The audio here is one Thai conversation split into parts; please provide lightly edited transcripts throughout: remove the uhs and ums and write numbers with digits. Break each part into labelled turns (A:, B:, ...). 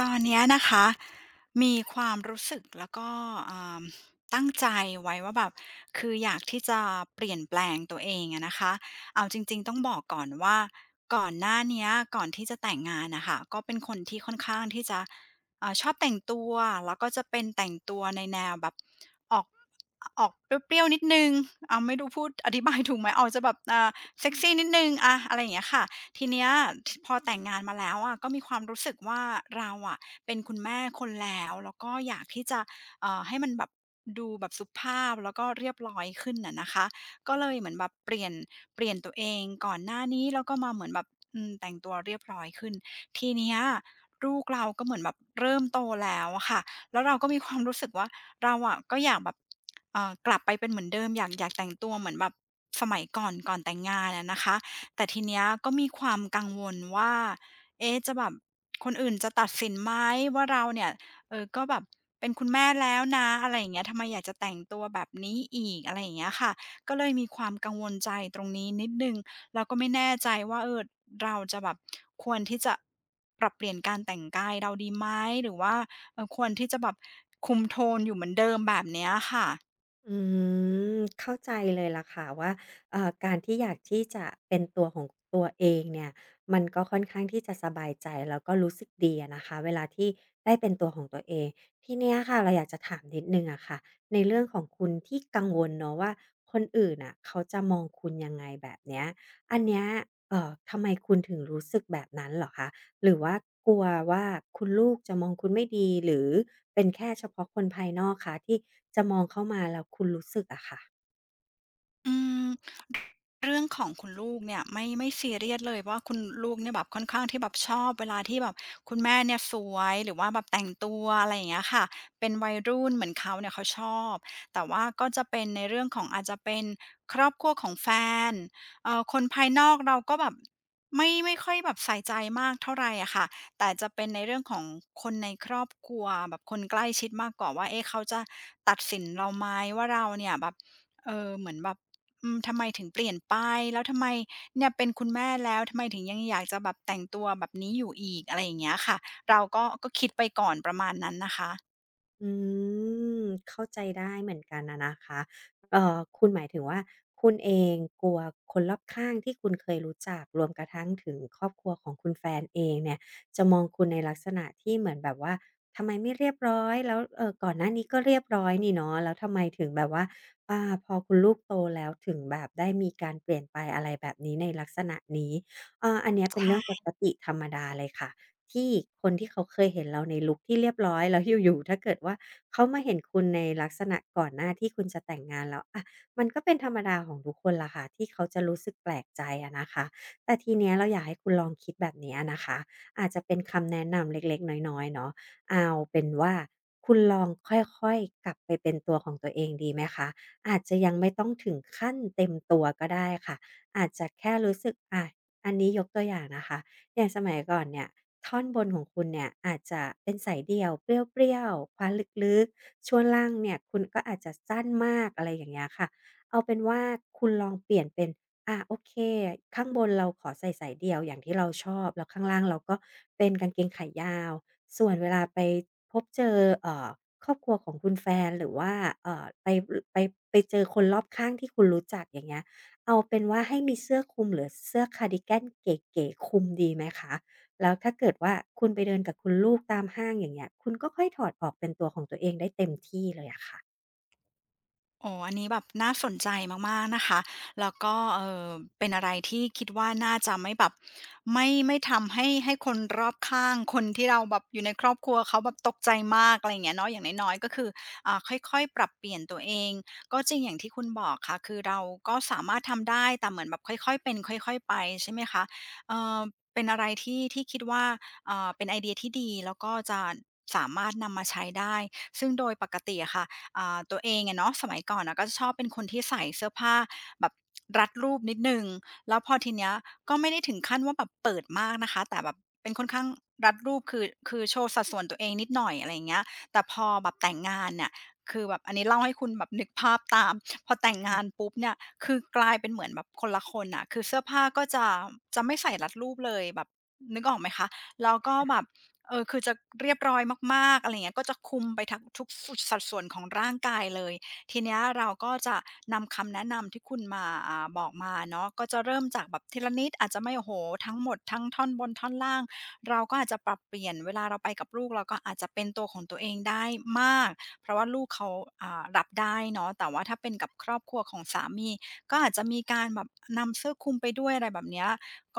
A: ตอนเนี้ยนะคะมีความรู้สึกแล้วก็อ่าตั้งใจไว้ว่าแบบคืออยากที่จะเปลี่ยนแปลงตัวเองอะนะคะเอาจริงๆต้องบอกก่อนว่าก่อนหน้าเนี้ยก่อนที่จะแต่งงานนะคะก็เป็นคนที่ค่อนข้างที่จะชอบแต่งตัวแล้วก็จะเป็นแต่งตัวในแนวแบบออกออกเปรี้ยวๆนิดนึงเอาไม่รู้พูดอธิบายถูกไหมออกจะแบบเซกซีนิดนึงอะอะไรอย่างเงี้ยค่ะ ทีเนี้ยพอแต่งงานมาแล้วอะก็มีความรู้สึกว่าเราอะเป็นคุณแม่คนแล้วแล้วก็อยากที่จะให้มันแบบดูแบบสุภาพแล้วก็เรียบร้อยขึ้นอะนะคะก็เลยเหมือนแบบเปลี่ยนตัวเองก่อนหน้านี้แล้วก็มาเหมือนแบบอืมแต่งตัวเรียบร้อยขึ้นทีเนี้ยลูกเราก็เหมือนแบบเริ่มโตแล้วอะค่ะแล้วเราก็มีความรู้สึกว่าเราอะก็อยากแบบกลับไปเป็นเหมือนเดิมอยากแต่งตัวเหมือนแบบสมัยก่อนก่อนแต่งงานอะนะคะ แต่ทีเนี้ยก็มีความกังวลว่า เอ๊ะจะแบบคนอื่นจะตัดสินไหมว่าเราเนี่ยเออก็แบบเป็นคุณแม่แล้วนะอะไรอย่างเงี้ยทำไมอยากจะแต่งตัวแบบนี้อีกอะไรอย่างเงี้ยค่ะก็เลยมีความกังวลใจตรงนี้นิดหนึ่งแล้วก็ไม่แน่ใจว่าเออเราจะแบบควรที่จะปรับเปลี่ยนการแต่งกายเราดีไหมหรือว่าเออควรที่จะแบบคุมโทนอยู่เหมือนเดิมแบบเนี้ยค่ะ
B: อืเข้าใจเลยล่ะค่ะว่าการที่อยากที่จะเป็นตัวของตัวเองเนี่ยมันก็ค่อนข้างที่จะสบายใจแล้วก็รู้สึกดีอะนะคะเวลาที่ได้เป็นตัวของตัวเองทีเนี้ยค่ะเราอยากจะถามนิดนึ่งอะค่ะในเรื่องของคุณที่กังวลเนาะว่าคนอื่นน่ะเขาจะมองคุณยังไงแบบเนี้ยอันเนี้ยทำไมคุณถึงรู้สึกแบบนั้นเหรอคะหรือว่ากลัวว่าคุณลูกจะมองคุณไม่ดีหรือ เป็นแค่เฉพาะคนภายนอกค่ะที่จะมองเข้ามาแล้วคุณรู้สึกอะค่ะ
A: อืม เรื่องของคุณลูกเนี่ยไม่ซีเรียสเลยว่าคุณลูกเนี่ยแบบค่อนข้างที่แบบชอบเวลาที่แบบคุณแม่เนี่ยสวยหรือว่าแบบแต่งตัวอะไรอย่างเงี้ยค่ะเป็นวัยรุ่นเหมือนเขาเนี่ยเขาชอบแต่ว่าก็จะเป็นในเรื่องของอาจจะเป็นครอบครัวของแฟนคนภายนอกเราก็แบบไม่ค่อยแบบใส่ใจมากเท่าไรอะค่ะแต่จะเป็นในเรื่องของคนในครอบครัวแบบคนใกล้ชิดมากกว่าว่าเอ๊ะเขาจะตัดสินเราไหมว่าเราเนี่ยแบบเออเหมือนแบบ อืมทำไมถึงเปลี่ยนไปแล้วทำไมเนี่ยเป็นคุณแม่แล้วทำไมถึงยังอยากจะแบบแต่งตัวแบบนี้อยู่อีกอะไรอย่างเงี้ยค่ะเราก็คิดไปก่อนประมาณนั้นนะคะ
B: อืมเข้าใจได้เหมือนกันนะนะคะคุณหมายถึงว่าคุณเองกลัวคนรอบข้างที่คุณเคยรู้จักรวมกระทั่งถึงครอบครัวของคุณแฟนเองเนี่ยจะมองคุณในลักษณะที่เหมือนแบบว่าทำไมไม่เรียบร้อยแล้วก่อนหน้านี้ก็เรียบร้อยนี่เนาะแล้วทำไมถึงแบบว่าอ่าพอคุณลูกโตแล้วถึงแบบได้มีการเปลี่ยนไปอะไรแบบนี้ในลักษณะนี้เอออันเนี้ยเป็นเรื่องป
A: ใช่
B: กติธรรมดาเลยค่ะ ที่คนที่เขาเคยเห็นเราในลุกที่เรียบร้อยแล้วอยู่ๆถ้าเกิดว่าเขามาเห็นคุณในลักษณะก่อนหน้าที่คุณจะแต่งงานแล้วอะมันก็เป็นธรรมดาของทุกคนล่ะค่ะที่เขาจะรู้สึกแปลกใจอะนะคะแต่ทีเนี้ยเราอยากให้คุณลองคิดแบบนี้อะนะคะอาจจะเป็นคำแนะนำเล็กๆน้อยๆเนาะเอาเป็นว่าคุณลองค่อยๆกลับไปเป็นตัวของตัวเองดีไหมคะอาจจะยังไม่ต้องถึงขั้นเต็มตัวก็ได้ค่ะอาจจะแค่รู้สึกอะอันนี้ยกตัวอย่างนะคะ อย่างสมัยก่อนเนี่ยท่อนบนของคุณเนี่ยอาจจะเป็นสายเดี่ยวเปรี้ยวๆคว้าลึกๆช่วงล่างเนี่ยคุณก็อาจจะสั้นมากอะไรอย่างเงี้ยค่ะเอาเป็นว่าคุณลองเปลี่ยนเป็นอาโอเคข้างบนเราขอใส่สายเดี่ยวอย่างที่เราชอบแล้วข้างล่างเราก็เป็นกางเกงขายาวส่วนเวลาไปพบเจอเอ่อครอบครัวของคุณแฟนหรือว่าเอ่อไปไปไปเจอคนรอบข้างที่คุณรู้จักอย่างเงี้ย เอาเป็นว่าให้มีเสื้อคลุมหรือเสื้อคาร์ดิแกนเก๋ๆคลุมดีไหมคะแล้วถ้าเกิดว่าคุณไปเดินกับคุณลูกตามห้างอย่างเงี้ยคุณก็ค่อยถอดออกเป็นตัวของตัวเองได้เต็มที่เลยอะค่ะ
A: โอ๋อันนี้แบบน่าสนใจมากๆนะคะแล้วก็เอ่อเป็นอะไรที่คิดว่าน่าจะไม่แบบไม่ทำให้คนรอบข้างคนที่เราแบบอยู่ในครอบครัวเขาแบบตกใจมากอะไรอย่างเงี้ยเนาะอย่างน้อยๆก็คือค่อยๆปรับเปลี่ยนตัวเองก็จริงอย่างที่คุณบอกค่ะคือเราก็สามารถทำได้แต่เหมือนแบบค่อยๆเป็นค่อยๆไปใช่ไหมคะเอ่อเป็นอะไรที่คิดว่าเป็นไอเดียที่ดีแล้วก็จะสามารถนำมาใช้ได้ซึ่งโดยปกติอะค่ะ ตัวเองอะเนาะสมัยก่อนนะก็จะชอบเป็นคนที่ใส่เสื้อผ้าแบบรัดรูปนิดหนึ่งแล้วพอทีเนี้ยก็ไม่ได้ถึงขั้นว่าแบบเปิดมากนะคะแต่แบบเป็นค่อนข้างรัดรูปคือโชว์สัดส่วนตัวเองนิดหน่อยอะไรอย่างเงี้ยแต่พอแบบแต่งงานเนี่ยคือแบบอันนี้เล่าให้คุณแบบนึกภาพตามพอแต่งงาน
B: ค่ะ
A: ปุ๊บเนี่ยคือกลายเป็นเหมือนแบบคนละคนอ่ะคือเสื้อผ้าก็จะไม่ใส่รัดรูปเลยแบบนึกออกไหมคะแล้วก็แบบ เออคือจะเรียบร้อยมากๆอะไรอย่างเงี้ยก็จะคุมไปทั้งทุกสุดสัดส่วนของร่างกายเลยทีเนี้ยเราก็จะนำคำแนะนำที่คุณมาบอกมาเนาะก็จะเริ่มจากแบบทีละนิดอาจจะไม่โอ้โฮทั้งหมดทั้งท่อนบนท่อนล่างเราก็อาจจะปรับเปลี่ยนเวลาเราไปกับลูกเราก็อาจจะเป็นตัวของตัวเองได้มากเพราะว่าลูกเขารับได้เนาะแต่ว่าถ้าเป็นกับครอบครัวของสามีก็อาจจะมีการแบบนำเสื้อคลุมไปด้วยอะไรแบบเนี้ย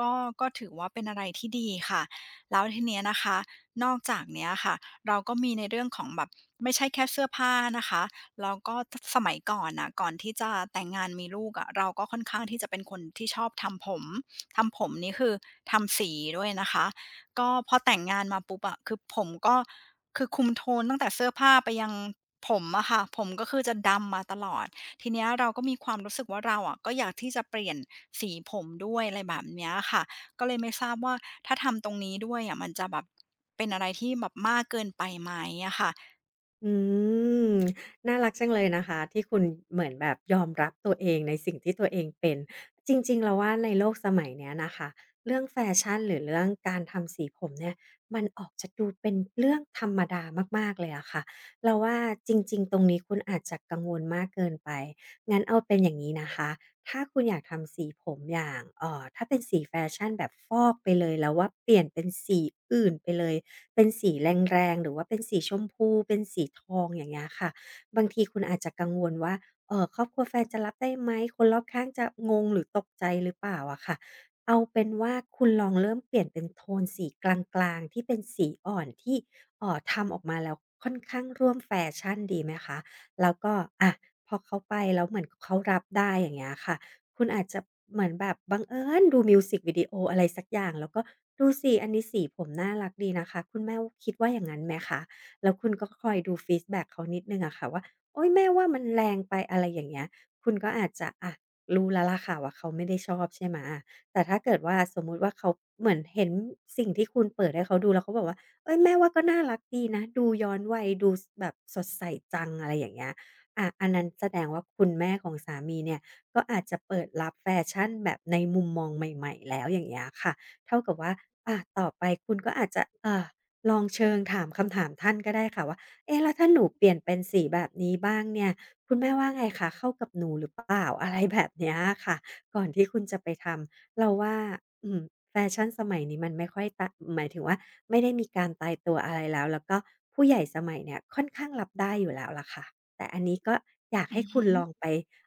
A: ก็ก็ถือว่าเป็นอะไรที่ดีค่ะแล้วทีเนี้ยนะคะ นอกจากเนี้ยค่ะเราก็มีในเรื่องของแบบไม่ใช่แค่เสื้อผ้านะคะแล้วก็สมัยก่อนน่ะก่อนที่จะแต่งงานมีลูกอะเราก็ค่อนข้างที่จะเป็นคนที่ชอบทำผมทำผมนี่คือทำสีด้วยนะคะก็พอแต่งงานมาปุ๊บอะคือผมก็คือคุมโทนตั้งแต่เสื้อผ้าไปยังผมอะค่ะผมก็คือจะดำมาตลอดทีเนี้ยเราก็มีความรู้สึกว่าเราอะก็อยากที่จะเปลี่ยนสีผมด้วยอะไรแบบเนี้ยค่ะ ก็เลยไม่ทราบว่าถ้าทำตรงนี้ด้วยอะมันจะแบบเป็นอะไรที่แบบมากเกินไปไหมอะค่ะ
B: อืมน่ารักจังเลยนะคะที่คุณเหมือนแบบยอมรับตัวเองในสิ่งที่ตัวเองเป็นจริงๆแล้วว่าในโลกสมัยเนี้ยนะคะเรื่องแฟชั่นหรือเรื่องการทำสีผมเนี่ยมันออกจะดูเป็นเรื่องธรรมดามากๆเลยอะค่ะเราว่าจริงๆตรงนี้คุณอาจจะกังวลมากเกินไปงั้นเอาเป็นอย่างนี้นะคะถ้าคุณอยากทำสีผมอย่างถ้าเป็นสีแฟชั่นแบบฟอกไปเลยแล้วว่าเปลี่ยนเป็นสีอื่นไปเลย เป็นสีแรงๆหรือว่าเป็นสีชมพูเป็นสีทองอย่างเงี้ยค่ะบางทีคุณอาจจะกังวลว่าเออครอบครัวแฟนจะรับได้ไหมคนรอบข้างจะงงหรือตกใจหรือเปล่าอะค่ะเอาเป็นว่าคุณลองเริ่มเปลี่ยนเป็นโทนสีกลางๆที่เป็นสีอ่อนที่ทำออกมาแล้วค่อนข้างร่วมแฟชั่นดีไหมคะแล้วก็อะพอเขาไปแล้วเหมือนเขารับได้อย่างเงี้ยค่ะ คุณอาจจะเหมือนแบบบังเอิญดูมิวสิกวิดีโออะไรสักอย่างแล้วก็ดูสิอันนี้สีผมน่ารักดีนะคะคุณแม่คิดว่าอย่างนั้นไหมคะแล้วคุณก็คอยดูฟีดแบ็กเขานิดนึงอะค่ะว่าโอ๊ยแม่ว่ามันแรงไปอะไรอย่างเงี้ยคุณก็อาจจะอ่ะรู้แล้วล่ะค่ะว่าเขาไม่ได้ชอบใช่ไหมอะแต่ถ้าเกิดว่าสมมุติว่าเขาเหมือนเห็นสิ่งที่คุณเปิดให้เขาดูแล้วเขาบอกว่าเอ้ยแม่ว่าก็น่ารักดีนะดูย้อนวัยดูแบบสดใสจังอะไรอย่างเงี้ยอะอันนั้นแสดงว่าคุณแม่ของสามีเนี่ย ก็อาจจะเปิดรับแฟชั่นแบบในมุมมองใหม่ๆแล้วอย่างเงี้ยค่ะเท่ากับว่าอาต่อไปคุณก็อาจจะลองเชิงถามคำถามท่านก็ได้ค่ะว่าเอ๊ะแล้วถ้าหนูเปลี่ยนเป็นสีแบบนี้บ้างเนี่ยคุณแม่ว่าไงคะเข้ากับหนูหรือเปล่า อะไรแบบเนี้ยอะค่ะก่อนที่คุณจะไปทำเราว่าอืมแฟชั่นสมัยนี้มันไม่ค่อยตะหมายถึงว่าไม่ได้มีการตายตัวอะไรแล้วแล้วก็ผู้ใหญ่สมัยเนี้ยค่อนข้างรับได้อยู่แล้วล่ะค่ะแต่อันนี้ก็อยาก
A: อื
B: ให้
A: อ
B: คุณ
A: ฮึ
B: ลองไป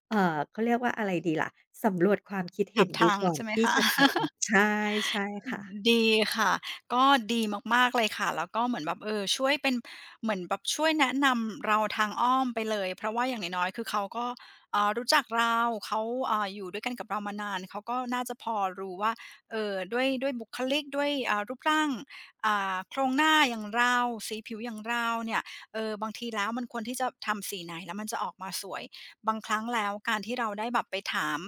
B: เอ่อเขาเรียกว่าอะไรดีล่ะสำรวจความคิด
A: ถา
B: เห็น
A: ม
B: ดู
A: ทาง
B: ก่อน
A: ใช่ไหม
B: ที่
A: คะ
B: จะทำใช่ค่ะ
A: ดีค่ะก็ดีมากๆเลยค่ะแล้วก็เหมือนแบบเออช่วยเป็นเหมือนแบบช่วยแนะนำเราทางอ้อมไปเลยเพราะว่าอย่างน้อยๆคือเขาก็อ่ารู้จักเราเขาอ่าอยู่ด้วยกันกับเรามานานเขาก็น่าจะพอรู้ว่าด้วยบุคลิกด้วยอ่ารูปร่างอ่าโครงหน้าอย่างเราสีผิวอย่างเราเนี่ยเออบางทีแล้วมันควรที่จะทำสีไหนแล้วมันจะออกมาสวยบางครั้งแล้วการที่เราได้แบบไปถาม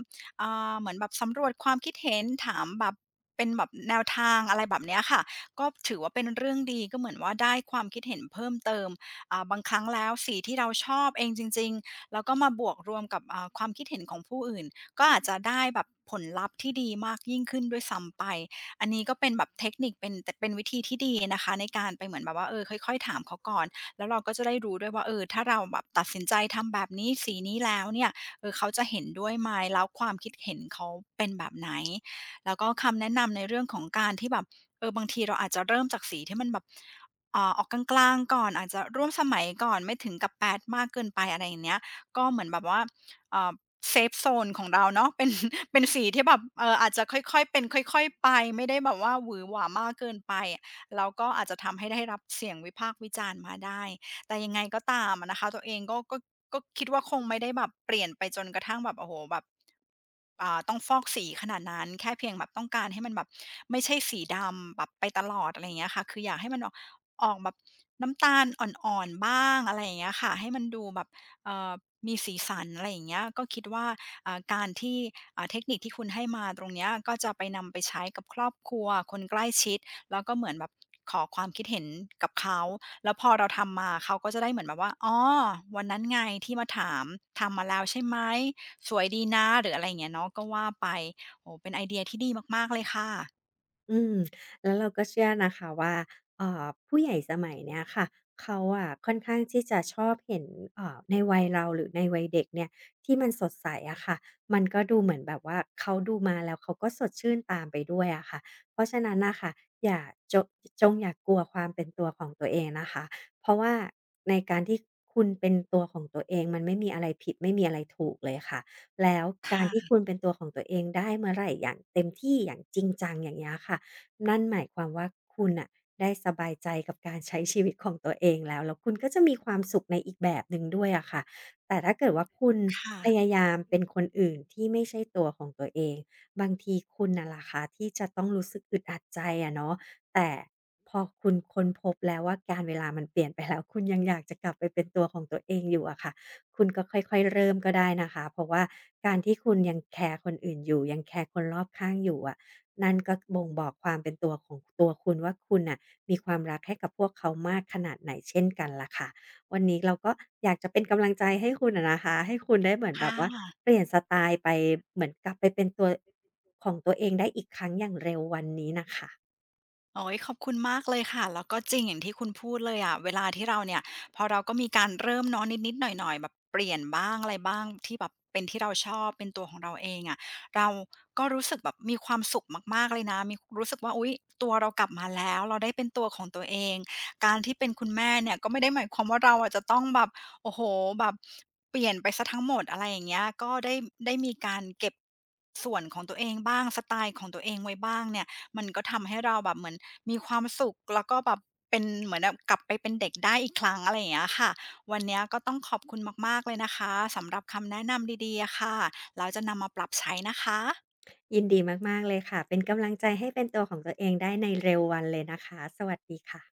A: อ่าเหมือนแบบสำรวจความคิดเห็นถามแบบ เป็นแบบแนวทางอะไรแบบเนี้ยค่ะก็ถือว่าเป็นเรื่องดีก็เหมือนว่าได้ความคิดเห็นเพิ่มเติมอ่าบางครั้งแล้วสีที่เราชอบเองจริงๆแล้วก็มาบวกรวมกับอ่าความคิดเห็นของผู้อื่นก็อาจจะได้แบบผลลัพธ์ที่ดีมากยิ่งขึ้นด้วยซ้ำไปอันนี้ก็เป็นแบบเทคนิคเป็นแต่เป็นวิธีที่ดีนะคะในการไปเหมือนแบบว่าเออค่อยๆถามเขาก่อนแล้วเราก็จะได้รู้ด้วยว่าเออถ้าเราแบบตัดสินใจทำแบบนี้สีนี้แล้วเนี่ยเออเขาจะเห็นด้วยไหมแล้วความคิดเห็นเขาเป็นแบบไหน แล้วก็คำแนะนำในเรื่องของการที่แบบเออบางทีเราอาจจะเริ่มจากสีที่มันแบบอ่าออกกลางๆก่อนอาจจะร่วมสมัยก่อนไม่ถึงกับแปดมากเกินไปอะไรอย่างเงี้ยก็เหมือนแบบว่าอ่าเซฟโซนของเราเนาะ เป็น เป็นสีที่แบบเอออาจจะค่อยๆเป็นค่อยๆไปไม่ได้แบบว่าหวือหวามากเกินไปแล้วก็อาจจะทำให้ได้รับเสียงวิพากษ์วิจารณ์มาได้ แต่ยังไงก็ตามอะนะคะตัวเองก็ก็คิดว่าคงไม่ได้แบบเปลี่ยนไปจนกระทั่งแบบโอ้โหแบบอ่าต้องฟอกสีขนาดนั้นแค่เพียงแบบต้องการให้มันแบบไม่ใช่สีดำแบบไปตลอดอะไรอย่างเงี้ยค่ะคืออยากให้มันออกออกแบบน้ำตาลอ่อนๆบ้างอะไรอย่างเงี้ยค่ะให้มันดูแบบเอ่อมีสีสันอะไรอย่างเงี้ยก็คิดว่าอ่าการที่อ่าเทคนิคที่คุณให้มาตรงเนี้ยก็จะไปนำไปใช้กับครอบครัวคนใกล้ชิดแล้วก็เหมือนแบบขอความคิดเห็นกับเขา แล้วพอเราทำมาเขาก็จะได้เหมือนแบบว่า อ๋อ วันนั้นไงที่มาถามทำมาแล้วใช่ไหมสวยดีนะหรืออะไรอย่างเงี้ยเนาะก็ว่าไปโอ้โฮเป็นไอเดียที่ดีมากๆเลยค่ะ
B: อืมแล้วเราก็เชื่อนะคะว่าผู้ใหญ่สมัยเนี้ยค่ะเขาอะค่อนข้างที่จะชอบเห็นในวัยเราหรือในวัยเด็กเนี่ยที่มันสดใสอะค่ะมันก็ดูเหมือนแบบว่าเขาดูมาแล้วเขาก็สดชื่นตามไปด้วยอะค่ะเพราะฉะนั้นนะคะอย่าจจงอย่ากกลัวความเป็นตัวของตัวเองนะคะเพราะว่าในการที่คุณเป็นตัวของตัวเองมันไม่มีอะไรผิดไม่มีอะไรถูกเลยค่ะ แล้วการที่
A: ค่ะ
B: คุณเป็นตัวของตัวเองได้เมื่อไหรอย่างเต็มที่อย่างจริงจังอย่างเงี้ยค่ะนั่นหมายความว่าคุณน่ะได้สบายใจกับการใช้ชีวิตของตัวเองแล้วแล้วคุณก็จะมีความสุขในอีกแบบหนึ่งด้วยอะค่ะแต่ถ้าเกิดว่าคุณ
A: ค่ะ
B: พยายามเป็นคนอื่นที่ไม่ใช่ตัวของตัวเองบางทีคุณน่ะล่ะค่ะที่จะต้องรู้สึกอึดอัดใจอะเนาะแต่พอคุณค้นพบแล้วว่าการเวลามันเปลี่ยนไปแล้วคุณยังอยากจะกลับไปเป็นตัวของตัวเองอยู่อะค่ะ คุณก็ค่อยๆเริ่มก็ได้นะคะเพราะว่าการที่คุณยังแคร์คนอื่นอยู่ยังแคร์คนรอบข้างอยู่อะนั่นก็บ่งบอกความเป็นตัวของตัวคุณว่าคุณน่ะมีความรักให้กับพวกเขามากขนาดไหนเช่นกันล่ะค่ะวันนี้เราก็อยากจะเป็นกำลังใจให้คุณอะนะคะให้คุณได้เหมือนแบ
A: ค่
B: บว่า
A: ะ
B: เปลี่ยนสไตล์ไปเหมือนกลับไปเป็นตัวของตัวเองได้อีกครั้งอย่างเร็ววันนี้น่ะค่ะ
A: โอ้ยขอบคุณมากเลยค่ะแล้วก็จริงอย่างที่คุณพูดเลยอะเวลาที่เราเนี่ยพอเราก็มีการเริ่มเนาะนิดๆหน่อยๆแบบเปลี่ยนบ้างอะไรบ้างที่แบบเป็นที่เราชอบเป็นตัวของเราเองอะเราก็รู้สึกแบบมีความสุขมากๆเลยนะมีรู้สึกว่าอุ๊ยตัวเรากลับมาแล้วเราได้เป็นตัวของตัวเองการที่เป็นคุณแม่เนี่ยก็ไม่ได้หมายความว่าเราอะจะต้องแบบโอ้โหแบบเปลี่ยนไปซะทั้งหมดอะไรอย่างเงี้ยก็ได้ได้มีการเก็บส่วนของตัวเองบ้างสไตล์ของตัวเองไว้บ้างเนี่ย มันก็ทำให้เราแบบเหมือนมีความสุขแล้วก็แบบเป็นเหมือนแบบกลับไปเป็นเด็กได้อีกครั้งอะไรอย่างเงี้ยค่ะวันเนี้ยก็ต้องขอบคุณมากๆเลยนะคะสำหรับคำแนะนำดีๆอะค่ะแล้วจะนำมาปรับใช้นะคะ
B: ยินดีมากๆเลยค่ะเป็นกำลังใจให้เป็นตัวของตัวเองได้ในเร็ววันเลยนะคะสวัสดีค่ะ